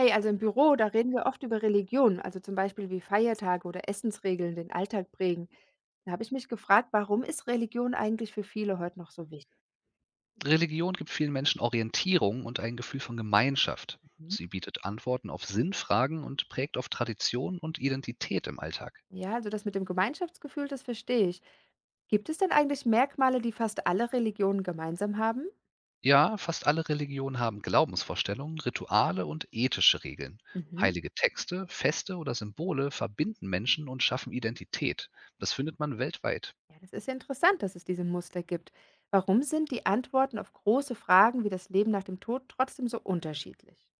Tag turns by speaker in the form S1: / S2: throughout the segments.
S1: Hey, also im Büro, da reden wir oft über Religion, also zum Beispiel wie Feiertage oder Essensregeln den Alltag prägen. Da habe ich mich gefragt, warum ist Religion eigentlich für viele heute noch so wichtig?
S2: Religion gibt vielen Menschen Orientierung und ein Gefühl von Gemeinschaft.
S1: Mhm.
S2: Sie bietet Antworten auf Sinnfragen und prägt auf Tradition und Identität im Alltag.
S1: Ja, also das mit dem Gemeinschaftsgefühl, das verstehe ich. Gibt es denn eigentlich Merkmale, die fast alle Religionen gemeinsam haben?
S2: Ja, fast alle Religionen haben Glaubensvorstellungen, Rituale und ethische Regeln.
S1: Mhm.
S2: Heilige Texte, Feste oder Symbole verbinden Menschen und schaffen Identität. Das findet man weltweit.
S1: Ja, das ist ja interessant, dass es diese Muster gibt. Warum sind die Antworten auf große Fragen wie das Leben nach dem Tod trotzdem so unterschiedlich?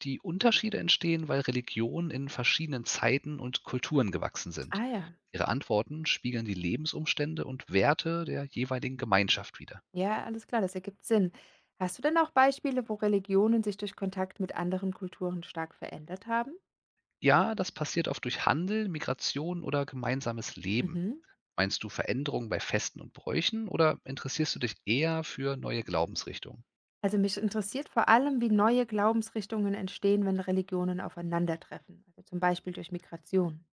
S2: Die Unterschiede entstehen, weil Religionen in verschiedenen Zeiten und Kulturen gewachsen
S1: Ah
S2: sind.
S1: ja.
S2: Ihre Antworten spiegeln die Lebensumstände und Werte der jeweiligen Gemeinschaft wider.
S1: Ja, alles klar, das ergibt Sinn. Hast du denn auch Beispiele, wo Religionen sich durch Kontakt mit anderen Kulturen stark verändert haben?
S2: Ja, das passiert oft durch Handel, Migration oder gemeinsames Leben.
S1: Mhm.
S2: Meinst du Veränderungen bei Festen und Bräuchen oder interessierst du dich eher für neue Glaubensrichtungen?
S1: Also mich interessiert vor allem, wie neue Glaubensrichtungen entstehen, wenn Religionen aufeinandertreffen, also zum Beispiel durch Migration.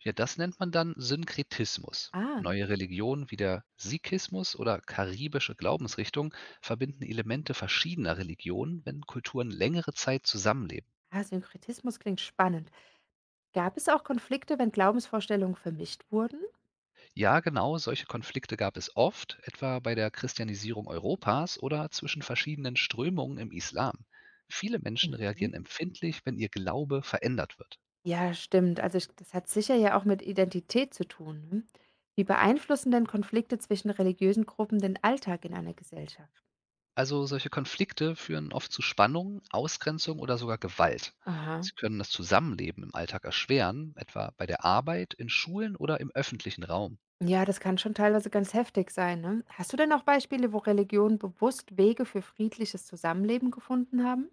S2: Ja, das nennt man dann Synkretismus.
S1: Ah.
S2: Neue Religionen wie der Sikhismus oder karibische Glaubensrichtungen verbinden Elemente verschiedener Religionen, wenn Kulturen längere Zeit zusammenleben.
S1: Ah, Synkretismus klingt spannend. Gab es auch Konflikte, wenn Glaubensvorstellungen vermischt wurden?
S2: Ja, genau, solche Konflikte gab es oft, etwa bei der Christianisierung Europas oder zwischen verschiedenen Strömungen im Islam. Viele Menschen
S1: Mhm.
S2: reagieren empfindlich, wenn ihr Glaube verändert wird.
S1: Ja, stimmt. Also ich, das hat sicher ja auch mit Identität zu tun. Hm? Wie beeinflussen denn Konflikte zwischen religiösen Gruppen den Alltag in einer Gesellschaft?
S2: Also solche Konflikte führen oft zu Spannungen, Ausgrenzung oder sogar Gewalt.
S1: Aha.
S2: Sie können das Zusammenleben im Alltag erschweren, etwa bei der Arbeit, in Schulen oder im öffentlichen Raum.
S1: Ja, das kann schon teilweise ganz heftig sein, ne? Hast du denn auch Beispiele, wo Religionen bewusst Wege für friedliches Zusammenleben gefunden haben?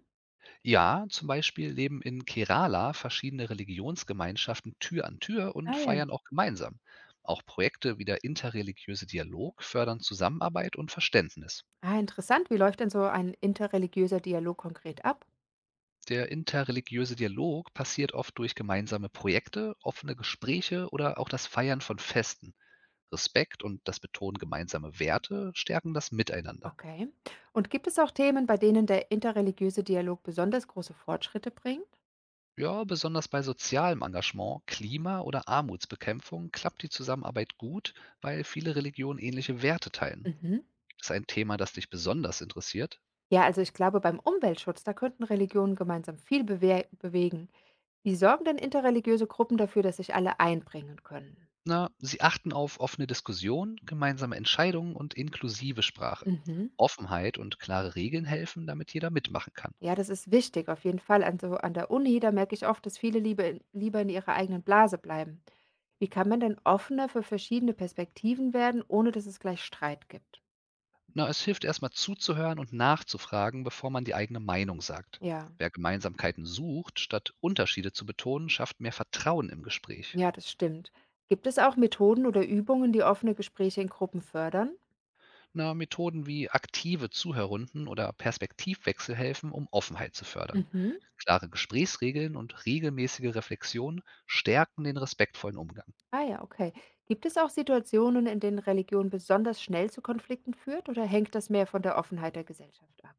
S2: Ja, zum Beispiel leben in Kerala verschiedene Religionsgemeinschaften Tür an Tür und
S1: Ah ja.
S2: feiern auch gemeinsam. Auch Projekte wie der interreligiöse Dialog fördern Zusammenarbeit und Verständnis.
S1: Ah, interessant. Wie läuft denn so ein interreligiöser Dialog konkret ab?
S2: Der interreligiöse Dialog passiert oft durch gemeinsame Projekte, offene Gespräche oder auch das Feiern von Festen. Respekt und das Betonen gemeinsamer Werte stärken das Miteinander.
S1: Okay. Und gibt es auch Themen, bei denen der interreligiöse Dialog besonders große Fortschritte bringt?
S2: Ja, besonders bei sozialem Engagement, Klima- oder Armutsbekämpfung klappt die Zusammenarbeit gut, weil viele Religionen ähnliche Werte teilen.
S1: Mhm.
S2: Ist ein Thema, das dich besonders interessiert?
S1: Ja, also ich glaube, beim Umweltschutz, da könnten Religionen gemeinsam viel bewegen. Wie sorgen denn interreligiöse Gruppen dafür, dass sich alle einbringen können?
S2: Na, sie achten auf offene Diskussion, gemeinsame Entscheidungen und inklusive Sprache.
S1: Mhm.
S2: Offenheit und klare Regeln helfen, damit jeder mitmachen kann.
S1: Ja, das ist wichtig, auf jeden Fall. An der Uni, da merke ich oft, dass viele lieber in ihrer eigenen Blase bleiben. Wie kann man denn offener für verschiedene Perspektiven werden, ohne dass es gleich Streit gibt?
S2: Na, es hilft erstmal zuzuhören und nachzufragen, bevor man die eigene Meinung sagt.
S1: Ja,
S2: Wer Gemeinsamkeiten sucht, statt Unterschiede zu betonen, schafft mehr Vertrauen im Gespräch.
S1: ja, das stimmt. Gibt es auch Methoden oder Übungen, die offene Gespräche in Gruppen fördern?
S2: Na, Methoden wie aktive Zuhörrunden oder Perspektivwechsel helfen, um Offenheit zu fördern.
S1: Mhm.
S2: Klare Gesprächsregeln und regelmäßige Reflexion stärken den respektvollen Umgang.
S1: Ah ja, okay. Gibt es auch Situationen, in denen Religion besonders schnell zu Konflikten führt oder hängt das mehr von der Offenheit der Gesellschaft ab?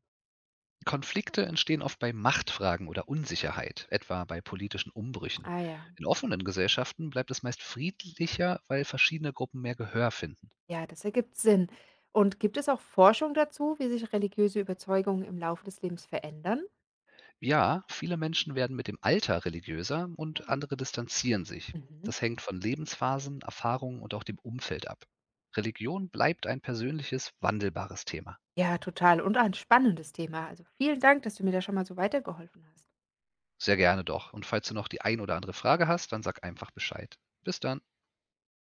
S2: Konflikte entstehen oft bei Machtfragen oder Unsicherheit, etwa bei politischen Umbrüchen.
S1: Ah ja.
S2: In offenen Gesellschaften bleibt es meist friedlicher, weil verschiedene Gruppen mehr Gehör finden.
S1: Ja, das ergibt Sinn. Und gibt es auch Forschung dazu, wie sich religiöse Überzeugungen im Laufe des Lebens verändern?
S2: Ja, viele Menschen werden mit dem Alter religiöser und
S1: Ah.
S2: andere distanzieren sich.
S1: Mhm.
S2: Das hängt von Lebensphasen, Erfahrungen und auch dem Umfeld ab. Religion bleibt ein persönliches, wandelbares Thema.
S1: Ja, total. Und ein spannendes Thema. Also vielen Dank, dass du mir da schon mal so weitergeholfen hast.
S2: Sehr gerne doch. Und falls du noch die ein oder andere Frage hast, dann sag einfach Bescheid. Bis dann.